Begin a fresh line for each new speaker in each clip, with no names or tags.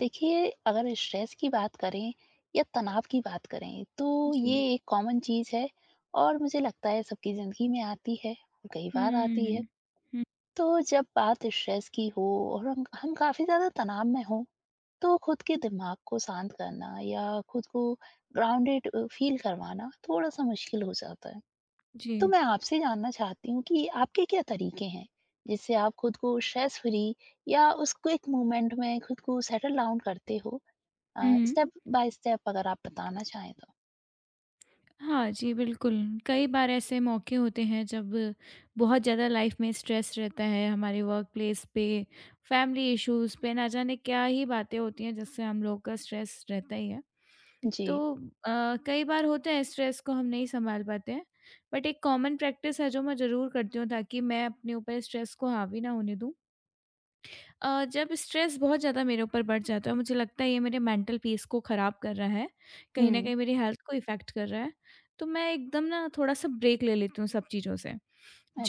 देखिए, अगर स्ट्रेस की बात करें या तनाव की बात करें, तो ये
जी।
एक कॉमन चीज़ है और मुझे लगता है सबकी ज़िंदगी में आती है, और कई बार आती है।
हुँ। हुँ,
तो जब बात स्ट्रेस की हो और हम काफ़ी ज़्यादा तनाव में हों, तो खुद के दिमाग को शांत करना या खुद को ग्राउंडेड फ़ील करवाना थोड़ा-सा मुश्किल हो जाता है।
जी।
तो मैं आपसे जानना चाहती हूँ कि आपके क्या तरीके हैं, जिससे आप खुद को स्ट्रेस फ्री या उस क्विक मूवमेंट में खुद को सेटल डाउन करते हो? अ,
हुँ।
स्टेप बाय स्टेप अगर आप बताना चाहें तो?
हाँ जी, बिल्कुल। कई बार ऐसे मौके होते हैं जब बहुत ज़्यादा लाइफ़ में स्ट्रेस रहता है, हमारे वर्क प्लेस पे, फैमिली इश्यूज़ पे, ना जाने क्या ही बातें होती हैं जिससे हम लोग का स्ट्रेस रहता ही है।
जी।
तो कई बार होता है स्ट्रेस को हम नहीं सँभाल पाते हैं, बट एक कॉमन प्रैक्टिस है जो मैं ज़रूर करती हूँ ताकि मैं अपने ऊपर स्ट्रेस को हावी ना होने दूँ। जब स्ट्रेस बहुत ज़्यादा मेरे ऊपर बढ़ जाता है मुझे लगता है ये मेरे मेंटल पीस को ख़राब कर रहा है, कहीं न
हुँ,
कहीं मेरी हेल्थ को इफ़ेक्ट कर रहा है, तो मैं एकदम ना थोड़ा-सा ब्रेक ले लेती हूँ सब चीज़ों से।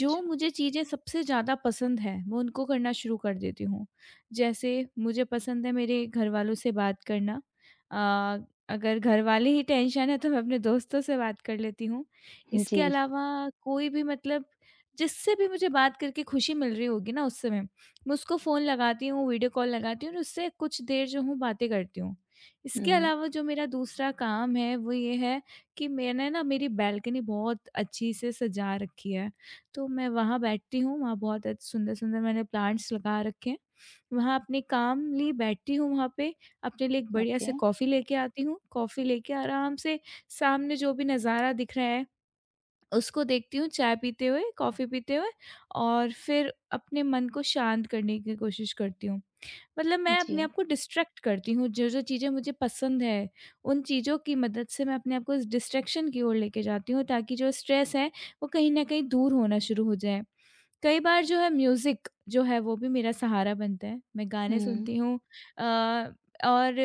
जो मुझे चीज़ें सबसे ज़्यादा पसंद है मैं उनको करना शुरू कर देती हूँ। जैसे मुझे पसंद है मेरे घरवालों से बात करना, अ, अगर घरवाले ही टेंशन है तो मैं अपने दोस्तों से बात कर लेती हूँ। इसके
जी।
अलावा कोई भी मतलब जिससे भी मुझे बात करके खुशी मिल रही होगी ना उस समय मैं उसको फ़ोन लगाती हूँ, वीडियो कॉल लगाती हूँ और उससे कुछ देर जो हूँ बातें करती हूँ। इसके
हुँ,
अलावा जो मेरा दूसरा काम है वो ये है कि मैंने ना मेरी बालकनी बहुत अच्छी से सजा रखी है, तो मैं वहाँ बैठती हूँ, वहाँ बहुत अच्छ सुंदर-सुंदर मैंने प्लांट्स लगा रखे हैं। वहाँ अपने काम लिए बैठती हूँ वहाँ पे, अपने लिए एक बढ़िया
ओके।
से कॉफ़ी लेके आती हूँ, कॉफ़ी लेके आराम से सामने जो भी नज़ारा दिख रहा है उसको देखती हूँ चाय पीते हुए, कॉफ़ी पीते हुए और फिर अपने मन को शांत करने की कोशिश करती हूँ। मतलब मैं अपने
जी।
आप को डिस्ट्रैक्ट करती हूँ, जो-जो चीज़ें मुझे पसंद है, उन चीज़ों की मदद से मैं अपने आप को इस डिस्ट्रैक्शन की ओर लेके जाती हूँ ताकि जो स्ट्रेस है, वो कहीं न कहीं दूर होना शुरू हो जाए। कई बार जो है म्यूज़िक जो है वो भी मेरा सहारा बनता है। मैं गाने
हुँ,
सुनती हूँ, अ, और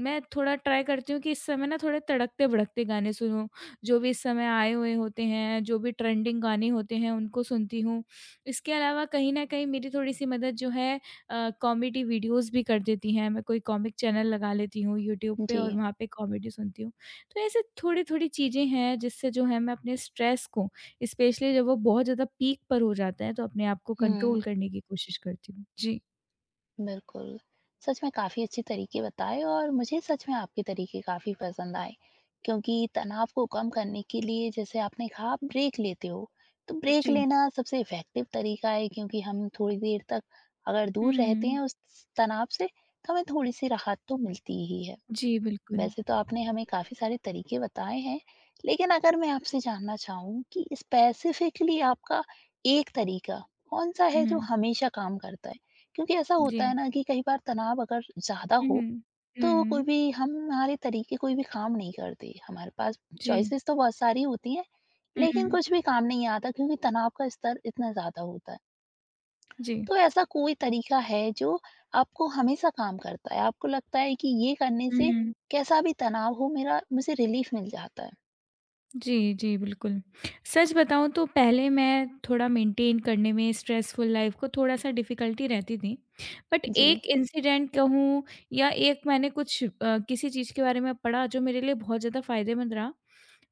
मैं थोड़ा ट्राई करती हूँ कि इस समय ना थोड़े तड़कते-भड़कते गाने सुनूँ। जो भी इस समय आए हुए होते हैं, जो भी ट्रेंडिंग गाने होते हैं उनको सुनती हूँ। इसके अलावा कहीं न कहीं मेरी थोड़ी-सी मदद जो है कॉमेडी वीडियोज़ भी कर देती हैं। मैं कोई कॉमिक चैनल लगा लेती हूँ यूट्यूब पे और
जी।
वहाँ पे कॉमेडी सुनती हूँ। तो ऐसे थोड़ी-थोड़ी चीज़ें हैं जिससे जो है मैं अपने स्ट्रेस को स्पेशली जब वो बहुत ज़्यादा पीक पर हो जाता है, तो अपने आप को कंट्रोल
हुँ।
करने की कोशिश करती हूँ। जी,
बिल्कुल। सच में काफ़ी अच्छे तरीके बताए और मुझे सच में आपके तरीके काफ़ी पसंद आए, क्योंकि तनाव को कम करने के लिए जैसे आपने कहा आप ब्रेक लेते हो, तो ब्रेक
जी।
लेना सबसे इफ़ेक्टिव तरीका है क्योंकि हम थोड़ी देर तक अगर दूर रहते हैं
हुँ,
उस तनाव से, तो हमें थोड़ी-सी राहत तो मिलती ही है।
जी, बिल्कुल।
वैसे तो आपने हमें काफी सारे तरीके बताए हैं, लेकिन अगर मैं आपसे जानना चाहूँ कि स्पेसिफिकली आपका एक तरीका कौन-सा है
हुँ,
जो हमेशा काम करता है? क्योंकि ऐसा
जी।
होता है ना कि कई बार तनाव अगर ज़्यादा हो,
हुँ,
तो कोई
हुँ,
भी हमारे तरीके कोई भी काम नहीं करते। हमारे पास
जी।
चॉइसेस तो बहुत सारी होती हैं,
हुँ,
लेकिन कुछ भी काम नहीं आता क्योंकि तनाव का स्तर इतना ज़्यादा होता है।
जी।
तो ऐसा कोई तरीका है जो आपको हमेशा काम करता है? आपको लगता है कि ये करने से
हुँ,
कैसा भी तनाव हो मेरा मुझे रिलीफ मिल जाता है?
जी, जी, बिल्कुल। सच बताऊँ तो पहले मैं थोड़ा मेंटेन करने में स्ट्रेसफुल लाइफ़ को थोड़ा-सा डिफ़िकल्टी रहती थी। बट
जी,
एक इंसिडेंट कहूँ या एक मैंने कुछ किसी चीज़ के बारे में पढ़ा जो मेरे लिए बहुत ज़्यादा फ़ायदेमंद रहा,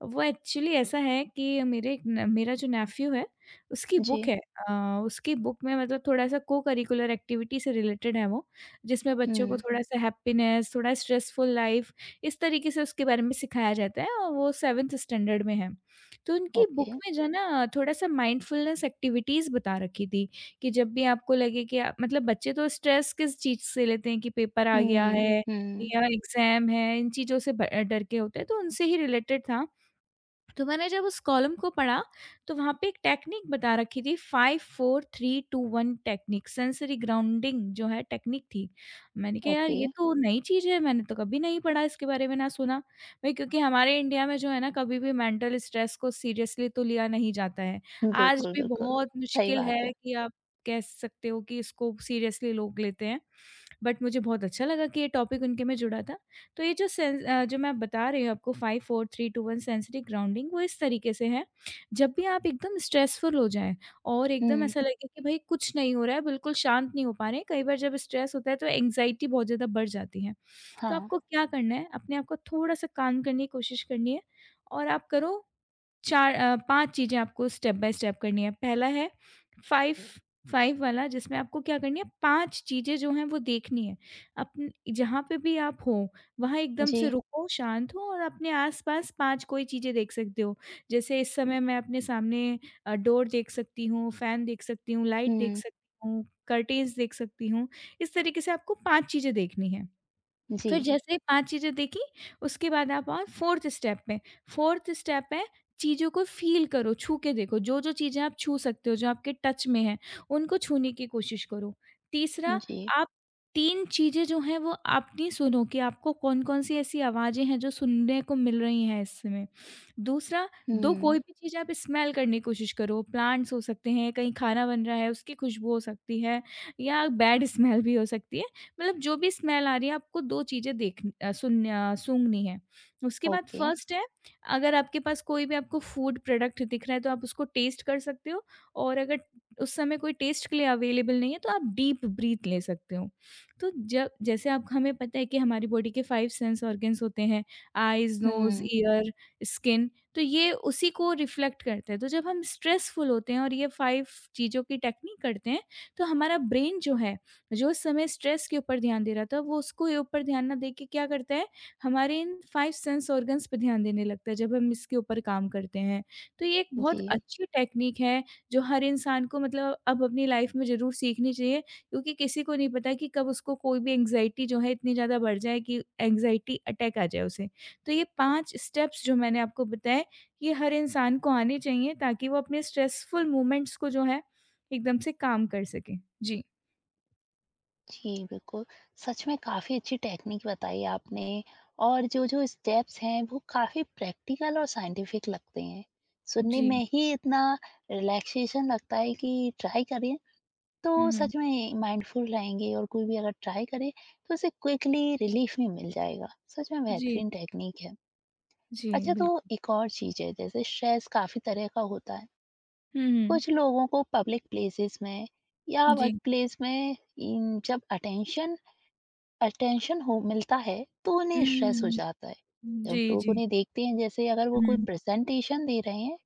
वो एक्चुअली ऐसा है कि मेरे एक न मेरा जो नेफ़्यू है, उसकी
जी।
बुक है। उसकी बुक में मतलब थोड़ा-सा को-करिकुलर एक्टिविटी से रिलेटेड है वो, जिसमें बच्चों को
हुँ,
थोड़ा-सा हैप्पीनेस, थोड़ा स्ट्रेसफुल लाइफ़, इस तरीके से उसके बारे में सिखाया जाता है और वो 7th स्टैंडर्ड में है। तो उनकी
ओके।
बुक में जो है ना थोड़ा-सा माइंडफुलनेस एक्टिविटीज़ बता रखी थी, कि जब भी आपको लगे कि मतलब बच्चे तो स्ट्रेस किस चीज़ से लेते हैं कि पेपर आ गया
हुँ,
है
हुँ,
या एग्ज़ाम है, इन चीज़ों से ब डर के होते हैं, तो उनसे ही रिलेटेड था। तो मैंने जब उस कॉलम को पढ़ा तो वहाँ पे एक टेक्निक बता रखी थी, 5 4 3 2 1 टेक्निक सेंसरी ग्राउंडिंग जो है टेक्निक थी। मैंने कहा यार
ओके।
ये तो नई चीज़ है मैंने तो कभी नहीं पढ़ा इसके बारे में ना सुना। भई क्योंकि हमारे इंडिया में जो है ना कभी भी मेंटल स्ट्रेस को सीरियसली तो लिया नहीं जाता है। आज
बिल्कुल,
भी
बिल्कुल।
बहुत
सही
मुश्किल
बात है।
है कि आप कह सकते हो कि इसको सीरियसली लोग लेते हैं। बट मुझे बहुत अच्छा लगा कि ये टॉपिक उनके में जुड़ा था। तो ये जो मैं बता रही हूँ आपको, 5 4 3 2 1 सेंसरी ग्राउंडिंग वो इस तरीके से है, जब भी आप एकदम स्ट्रेसफुल हो जाएँ और एकदम
हुँ,
ऐसा लगे कि भाई कुछ नहीं हो रहा है, बिल्कुल शांत नहीं हो पा रहे हैं, कई बार जब स्ट्रेस होता है तो एंग्ज़ायटी बहुत ज़्यादा बढ़ जाती है। तो
हाँ।
आपको क्या करना है, अपने आप को थोड़ा-सा काम करने की कोशिश करनी है और आप करो 5 चीज़ें आपको स्टेप बाय स्टेप करनी है। पहला है 5, 5 वाला जिसमें आपको क्या करनी है, 5 चीज़ें जो हैं वो देखनी है। अपन जहाँ पे भी आप हो, वहाँ एकदम से
जी।
रुको, शांत हो और अपने आस-पास 5 कोई चीज़ें देख सकते हो। जैसे इस समय मैं अपने सामने डोर देख सकती हूँ, फ़ैन देख सकती हूँ, लाइट देख
हुँ,
सकती हूँ, कर्टेन्स देख सकती हूँ। इस तरीके से आपको 5 चीज़ें देखनी है।
जी,
फिर जैसे ही 5 चीज़ें देखी, उसके बाद आप 4th स्टेप है चीज़ों को फ़ील करो, छू के देखो, जो-जो चीज़ें आप छू सकते हो, जो आपके टच में हैं, उनको छूने की कोशिश करो। तीसरा,
जी।
आप 3 चीज़ें जो हैं वो अपनी सुनो कि आपको कौन-कौन सी ऐसी आवाज़ें हैं जो सुनने को मिल रही हैं इस समय। दूसरा, 2
हुँ,
कोई भी चीज़ आप स्मेल करने की कोशिश करो, प्लांट्स हो सकते हैं, कहीं खाना बन रहा है उसकी खुशबू हो सकती है या बैड स्मेल भी हो सकती है। मतलब जो भी स्मेल आ रही है आपको 2 चीज़ें देखनी अ, सुन अ, सूँघनी है। उसके बाद
ओके।
फर्स्ट है, अगर आपके पास कोई भी आपको फूड प्रोडक्ट दिख रहा है तो आप उसको टेस्ट कर सकते हो और अगर उस समय कोई टेस्ट के लिए अवेलेबल नहीं है तो आप डीप ब्रीथ ले सकते हो। तो जब जैसे आप हमें पता है कि हमारी बॉडी के 5 सेंस ऑर्गन्स होते हैं, आइज़, नोज़,
हुँ,
ईयर, स्किन, तो ये उसी को रिफ्लेक्ट करते हैं। तो जब हम स्ट्रेसफुल होते हैं और ये 5 चीज़ों की टेक्निक करते हैं तो हमारा ब्रेन जो है, जो उस समय स्ट्रेस के ऊपर ध्यान दे रहा था, वो उसको ये ऊपर ध्यान ना दे के क्या करता है, हमारे इन 5 सेंस ऑर्गन्स पे ध्यान देने लगता है, जब हम इसके ऊपर काम करते हैं। तो ये एक
जी।
बहुत अच्छी टेक्नीक है, जो हर इंसान को मतलब अब अपनी लाइफ में ज़रूर सीखनी चाहिए, क्योंकि किसी को नहीं पता कि कब उसको कोई भी एंग्ज़ायटी जो है इतनी ज़्यादा बढ़ जाए कि एंग्ज़ायटी अटैक आ जाए उसे। तो ये 5 स्टेप्स जो मैंने आपको बताए, ये हर इंसान को आने चाहिए ताकि वो अपने स्ट्रेसफुल मोमेंट्स को जो है, एकदम से काम कर सके। जी।
जी, बिल्कुल। सच में काफ़ी अच्छी टेक्निक बताई आपने और जो-जो स्टेप्स हैं वो काफ़ी प्रैक्टिकल और साइंटिफिक लगते हैं। सुनने
जी।
में ही इतना रिलैक्सेशन लगता है कि ट्राई करें तो
हुँ, हुँ।
सच में माइंडफुल रहेंगे और कोई भी अगर ट्राई करे तो उसे क्विकली रिलीफ़ भी मिल जाएगा। सच में
जी,
बेहतरीन टेक्निक है।
जी,
अच्छा तो
बिल्कुल।
एक और चीज़ है जैसे स्ट्रेस काफ़ी तरह का होता है।
हुँ, हुँ।
कुछ लोगों को पब्लिक प्लेसेस में या वर्क
जी।
प्लेस में इन जब अटेंशन अटेंशन हो मिलता है तो उन्हें स्ट्रेस हो
हुँ,
जाता है जब
जी,
लोग
जी।
उन्हें देखते हैं जैसे अगर वो कोई
हुँ,
प्रेजेंटेशन दे रहे हैं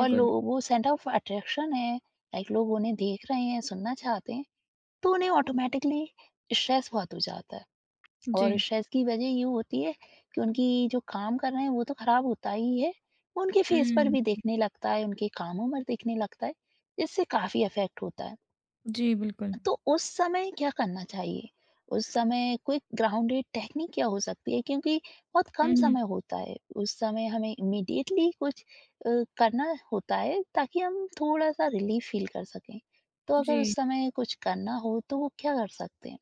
और लोग वो सेंटर ऑफ अट्रैक्शन है लाइक लोग उन्हें देख रहे हैं सुनना चाहते हैं तो उन्हें ऑटोमेटिकली स्ट्रेस बहुत हो जाता है और
जी।
स्ट्रेस की वजह ये होती है कि उनकी जो काम कर रहे हैं वो तो खराब होता ही है वो उनके फेस पर
हुँ,
भी देखने लगता है उनके कामों पर दिखने लगता है जिससे काफी इफेक्ट होता है
जी, बिल्कुल।
तो उस समय क्या करना चाहिए? उस समय क्विक ग्राउंडेड टेक्निक क्या हो सकती है? क्योंकि बहुत कम
हुँ,
समय होता है। उस समय हमें इमीडिएटली कुछ अ, करना होता है ताकि हम थोड़ा-सा रिलीफ फील कर सकें। तो अगर उस
जी।
समय कुछ करना हो तो वो क्या कर सकते हैं?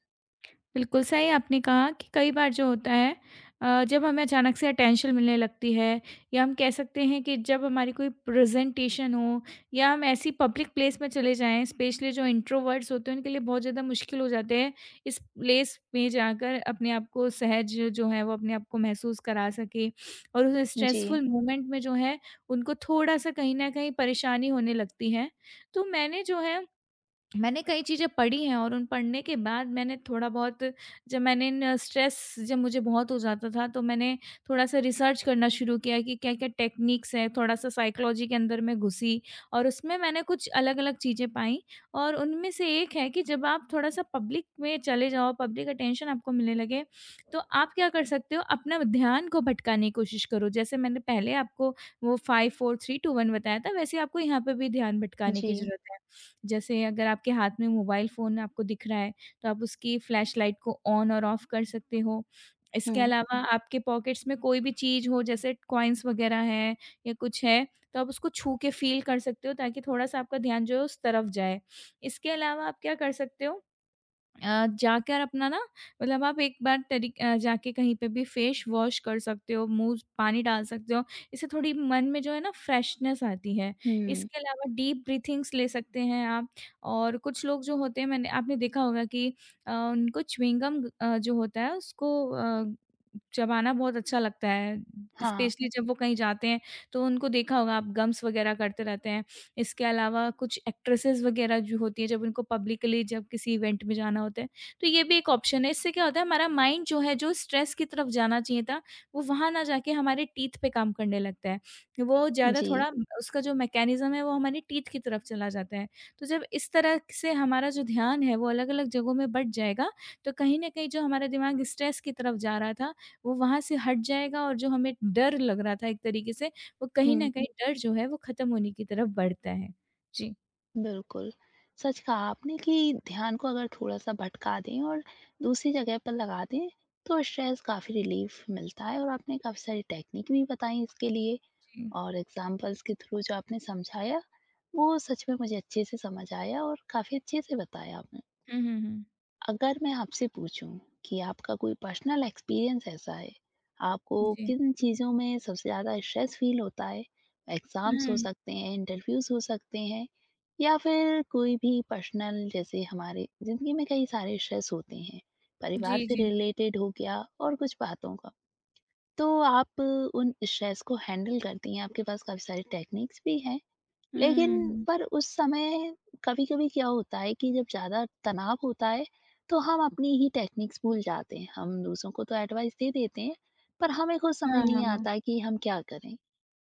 बिल्कुल सही आपने कहा कि कई बार जो होता है, जब हमें अचानक से अटेंशन मिलने लगती है या हम कह सकते हैं कि जब हमारी कोई प्रेजेंटेशन हो या हम ऐसी पब्लिक प्लेस में चले जाएं, स्पेशली जो इंट्रोवर्ट्स होते हैं उनके लिए बहुत ज़्यादा मुश्किल हो जाते हैं इस प्लेस में जाकर अपने आप को सहज जो है वो अपने आप को महसूस करा सके, और उस
जी।
स्ट्रेसफुल मोमेंट में जो है उनको थोड़ा सा कहीं ना कहीं परेशानी होने लगती है। तो मैंने जो है मैंने कई चीज़ें पढ़ी हैं और उन पढ़ने के बाद मैंने थोड़ा बहुत, जब मैंने इन स्ट्रेस जब मुझे बहुत हो जाता था तो मैंने थोड़ा-सा रिसर्च करना शुरू किया कि क्या-क्या टेक्निक्स हैं, थोड़ा-सा साइकोलॉजी के अंदर मैं घुसी और उसमें मैंने कुछ अलग-अलग चीज़ें पाई, और उनमें से एक है कि जब आप थोड़ा-सा पब्लिक में चले जाओ, पब्लिक अटेंशन आपको मिलने लगे, तो आप क्या कर सकते हो अपना ध्यान को भटकाने की कोशिश करो। जैसे मैंने पहले आपको वो 5 4 3 2 1 बताया था वैसे आपको यहाँ पे भी ध्यान भटकाने की
जी।
ज़रूरत है। जैसे अगर आपके हाथ में मोबाइल फ़ोन आपको दिख रहा है, तो आप उसकी फ्लैश लाइट को ऑन और ऑफ कर सकते हो। इसके
हुँ।
अलावा आपके पॉकेट्स में कोई भी चीज़ हो जैसे कॉइन्स वग़ैरह हैं या कुछ है, तो आप उसको छू के फ़ील कर सकते हो ताकि थोड़ा-सा आपका ध्यान जो है उस तरफ जाए। इसके अलावा आप क्या कर सकते हो, जाकर अपना ना मतलब आप एक बार जाके कहीं पे भी फेस वॉश कर सकते हो, मुँह पानी डाल सकते हो। इससे थोड़ी मन में जो है ना फ्रेशनेस आती है।
हुँ।
इसके अलावा डीप ब्रीथिंग्स ले सकते हैं आप, और कुछ लोग जो होते हैं मैंने आपने देखा होगा कि उनको च्युइंग गम जो होता है उसको चबाना बहुत अच्छा लगता है।
हाँ।
स्पेशली जब वो कहीं जाते हैं तो उनको देखा होगा आप गम्स वगैरह करते रहते हैं। इसके अलावा कुछ एक्ट्रेसेस वगैरह जो होती हैं, जब उनको पब्लिकली जब किसी इवेंट में जाना होता है, तो ये भी एक ऑप्शन है। इससे क्या होता है हमारा माइंड जो है, जो स्ट्रेस की तरफ जाना चाहिए था, वो वहाँ ना जाके हमारे टीथ पे काम करने लगता है। वो ज़्यादा
जी।
थोड़ा उसका जो मैकेनिज़्म है, वो हमारे टीथ की तरफ चला जाता है। तो जब इस तरह से हमारा जो ध्यान है, वो अलग-अलग जगहों में बँट जाएगा, तो कहीं न कहीं जो हमारा दिमाग स्ट्रेस की तरफ जा रहा था, वो वहाँ से हट जाएगा और जो हमें डर लग रहा था एक तरीके से, वो कहीं
हुँ।
न कहीं डर जो है वो ख़त्म होने की तरफ बढ़ता है। जी,
बिल्कुल, सच कहा आपने कि ध्यान को अगर थोड़ा-सा भटका दें और दूसरी जगह पर लगा दें, तो स्ट्रेस काफ़ी रिलीफ़ मिलता है और आपने काफ़ी सारी टेक्निक भी बताई इसके लिए
जी।
और एग्ज़ाम्पल्स के थ्रू जो आपने समझाया, वो सच में मुझे अच्छे से समझ आया और काफ़ी अच्छे से बताया आपने।
हुँ, हुँ, हुँ।
अगर मैं आपसे पूछूं कि आपका कोई पर्सनल एक्सपीरियंस ऐसा है, आपको
जी।
किन चीज़ों में सबसे ज़्यादा स्ट्रेस फील होता है? एग्ज़ाम्स हो
हुँ।
सकते हैं, इंटरव्यूज़ हो सकते हैं या फिर कोई भी पर्सनल जैसे हमारे ज़िंदगी में कई सारे स्ट्रेस होते हैं, परिवार
जी,
से
जी।
रिलेटेड हो गया और कुछ बातों का। तो आप उन स्ट्रेस को हैंडल करती हैं, आपके पास काफ़ी सारी टेक्निक्स भी हैं लेकिन
हुँ।
पर उस समय कभी-कभी क्या होता है कि जब ज़्यादा तनाव होता है, तो हम अपनी ही टेक्निक्स भूल जाते हैं। हम दूसरों को तो एडवाइस दे देते हैं, पर हमें खुद समझ
हाँ, हाँ,
नहीं
हाँ।
आता कि हम क्या करें?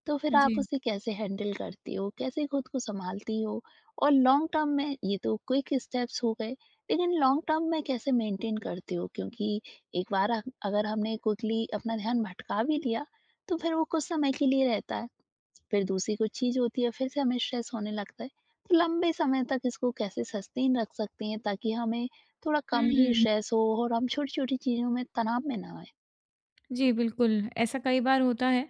तो फिर आप
जी।
उसे कैसे हैंडल करती हो? कैसे खुद को संभालती हो? और लॉन्ग टर्म में ये तो क्विक स्टेप्स हो गए, लेकिन लॉन्ग टर्म में कैसे मेंटेन करती हो? क्योंकि एक बार अगर हमने क्विकली अपना ध्यान भटका भी लिया, तो फिर वो कुछ समय के लिए रहता है। फिर दूसरी कोई चीज़ होती है, फिर से हमें स्ट्रेस होने लगता है। तो लंबे समय तक इसको कैसे सस्टेन रख सकते हैं ताकि हमें थोड़ा कम ही
हुँ।
स्ट्रेस हो और हम छोटी-छोटी चीज़ों में तनाव में ना आएँ?
जी, बिल्कुल, ऐसा कई बार होता है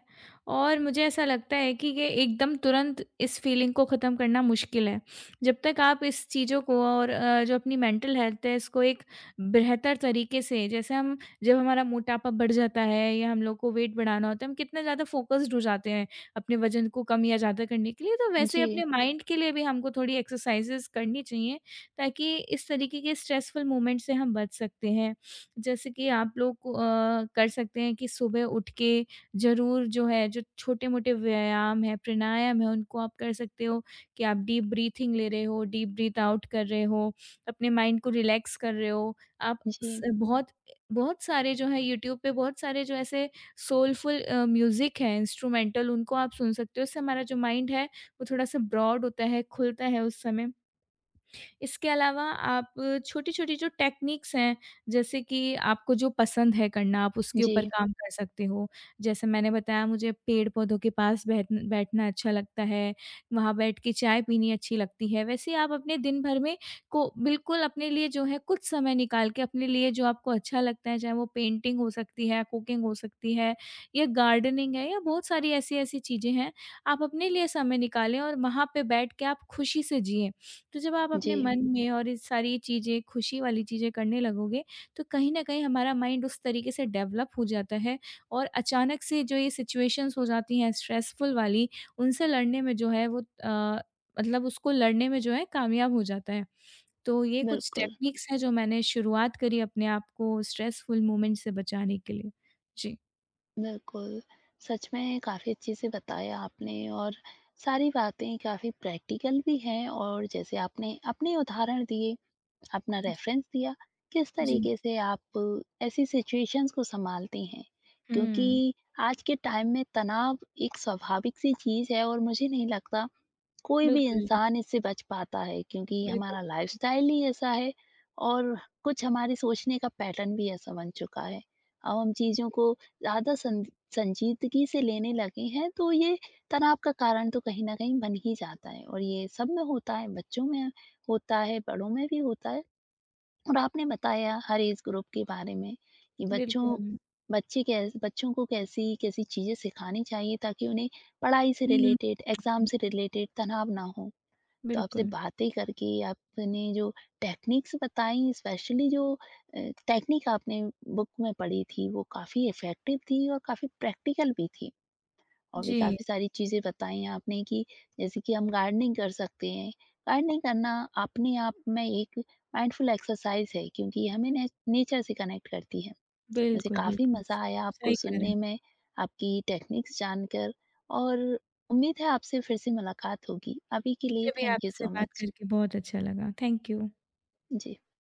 और मुझे ऐसा लगता है कि ये एकदम तुरंत इस फीलिंग को ख़त्म करना मुश्किल है। जब तक आप इस चीज़ों को और जो अपनी मेंटल हेल्थ है, इसको एक बेहतर तरीके से जैसे हम जब हमारा मोटापा बढ़ जाता है या हम लोग को वेट बढ़ाना होता है, हम कितने ज़्यादा फ़ोकस्ड हो जाते हैं अपने वज़न को कम या ज़्यादा करने के लिए, तो वैसे
जी,
अपने माइंड के लिए भी हमको थोड़ी एक्सरसाइज़ेज़ करनी चाहिए, ताकि इस तरीके के स्ट्रेसफुल मोमेंट से हम बच सकते हैं। जैसे कि आप लोग कर सकते हैं कि सुबह उठ के ज़रूर जो है जो छोटे-मोटे व्यायाम है, प्राणायाम है उनको आप कर सकते हो कि आप डीप ब्रीथिंग ले रहे हो, डीप ब्रीथ आउट कर रहे हो, अपने माइंड को रिलैक्स कर रहे हो। आप
जी,
स बहुत बहुत सारे जो है यूट्यूब पे बहुत सारे जो ऐसे सोलफुल म्यूज़िक है इंस्ट्रूमेंटल उनको आप सुन सकते हो। इससे हमारा जो माइंड है वो थोड़ा-सा ब्रॉड होता है, खुलता है उस समय। इसके अलावा आप छोटी-छोटी जो टेक्नीक्स हैं, जैसे कि आपको जो पसंद है करना, आप उसके ऊपर
जी,
काम कर सकते हो। जैसे मैंने बताया मुझे पेड़-पौधों के पास बैठना अच्छा लगता है, वहाँ बैठ के चाय पीनी अच्छी लगती है। वैसे ही आप अपने दिन भर में को बिल्कुल अपने लिए जो है कुछ समय निकाल के अपने लिए जो आपको अच्छा लगता है, चाहे वो पेंटिंग हो सकती है, कुकिंग हो सकती है या गार्डनिंग है या बहुत सारी ऐसी-ऐसी चीज़ें हैं, आप अपने लिए समय निकालें और वहाँ पे बैठ के आप खुशी से जिएँ। तो जब आप अपने
जी,
मन में और ये सारी चीज़ें, खुशी वाली चीज़ें करने लगोगे, तो कहीं न कहीं हमारा माइंड उस तरीके से डेवलप हो जाता है और अचानक से जो ये सिचुएशंस हो जाती हैं स्ट्रेसफुल वाली, उनसे लड़ने में जो है मतलब उसको लड़ने में जो है कामयाब हो जाता है। तो ये कुछ
बिल्कुल।
टेक्निक्स हैं जो मैंने शुरुआत करी अपने आप को स्ट्रेसफुल मोमेंट से बचाने के लिए। जी।
बिल्कुल, सच में काफ़ी अच्छे से बताया आपने और सारी बातें काफ़ी प्रैक्टिकल भी हैं और जैसे आपने अपने उदाहरण दिए, अपना
जी।
रेफ़रेंस दिया, किस
जी।
तरीके से आप ऐसी सिचुएशंस को सँभालती हैं।
हुँ।
क्योंकि आज के टाइम में तनाव एक स्वाभाविक सी चीज़ है और मुझे नहीं लगता कोई भी
बिल्कुल,
इंसान इससे बच पाता है क्योंकि
बिल्कुल,
हमारा
बिल्कुल।
लाइफस्टाइल ही ऐसा है और कुछ हमारे सोचने का पैटर्न भी ऐसा बन चुका है। अब हम चीज़ों को ज़्यादा सं संजीदगी से लेने लगे हैं तो ये तनाव का कारण तो कहीं न कहीं बन ही जाता है और ये सब में होता है, बच्चों में होता है, बड़ों में भी होता है। और आपने बताया हर एज ग्रुप के बारे में कि
बिल्कुल।
बच्चों को कैसी-कैसी चीज़ें सिखानी चाहिए ताकि उन्हें पढ़ाई से
हुँ,
रिलेटेड, एग्ज़ाम
हुँ।
से रिलेटेड तनाव ना हो। तो आपसे
बिल्कुल।
बातें करके आपने जो टेक्निक्स बताई स्पेशली जो टेक्निक आपने बुक में पढ़ी थी वो काफ़ी इफ़ेक्टिव थी और काफ़ी प्रैक्टिकल भी थी। और भी
जी।
काफ़ी सारी चीज़ें बताई आपने कि जैसे कि हम गार्डनिंग कर सकते हैं। गार्डनिंग करना अपने आप में एक माइंडफुल एक्सरसाइज़ है क्योंकि ये हमें ने नेचर से कनेक्ट करती है। मुझे
बिल्कुल,
काफ़ी
बिल्कुल।
मज़ा आया आपको
सही कह रहे
सुनने
हैं।
में, आपकी टेक्निक्स जानकर और उम्मीद है आपसे फिर से मुलाकात होगी। अभी के लिए
मुझे भी
थैंक यू
आपसे
सो
बात
मच।
करके बहुत अच्छा लगा। Thank you.
Yes.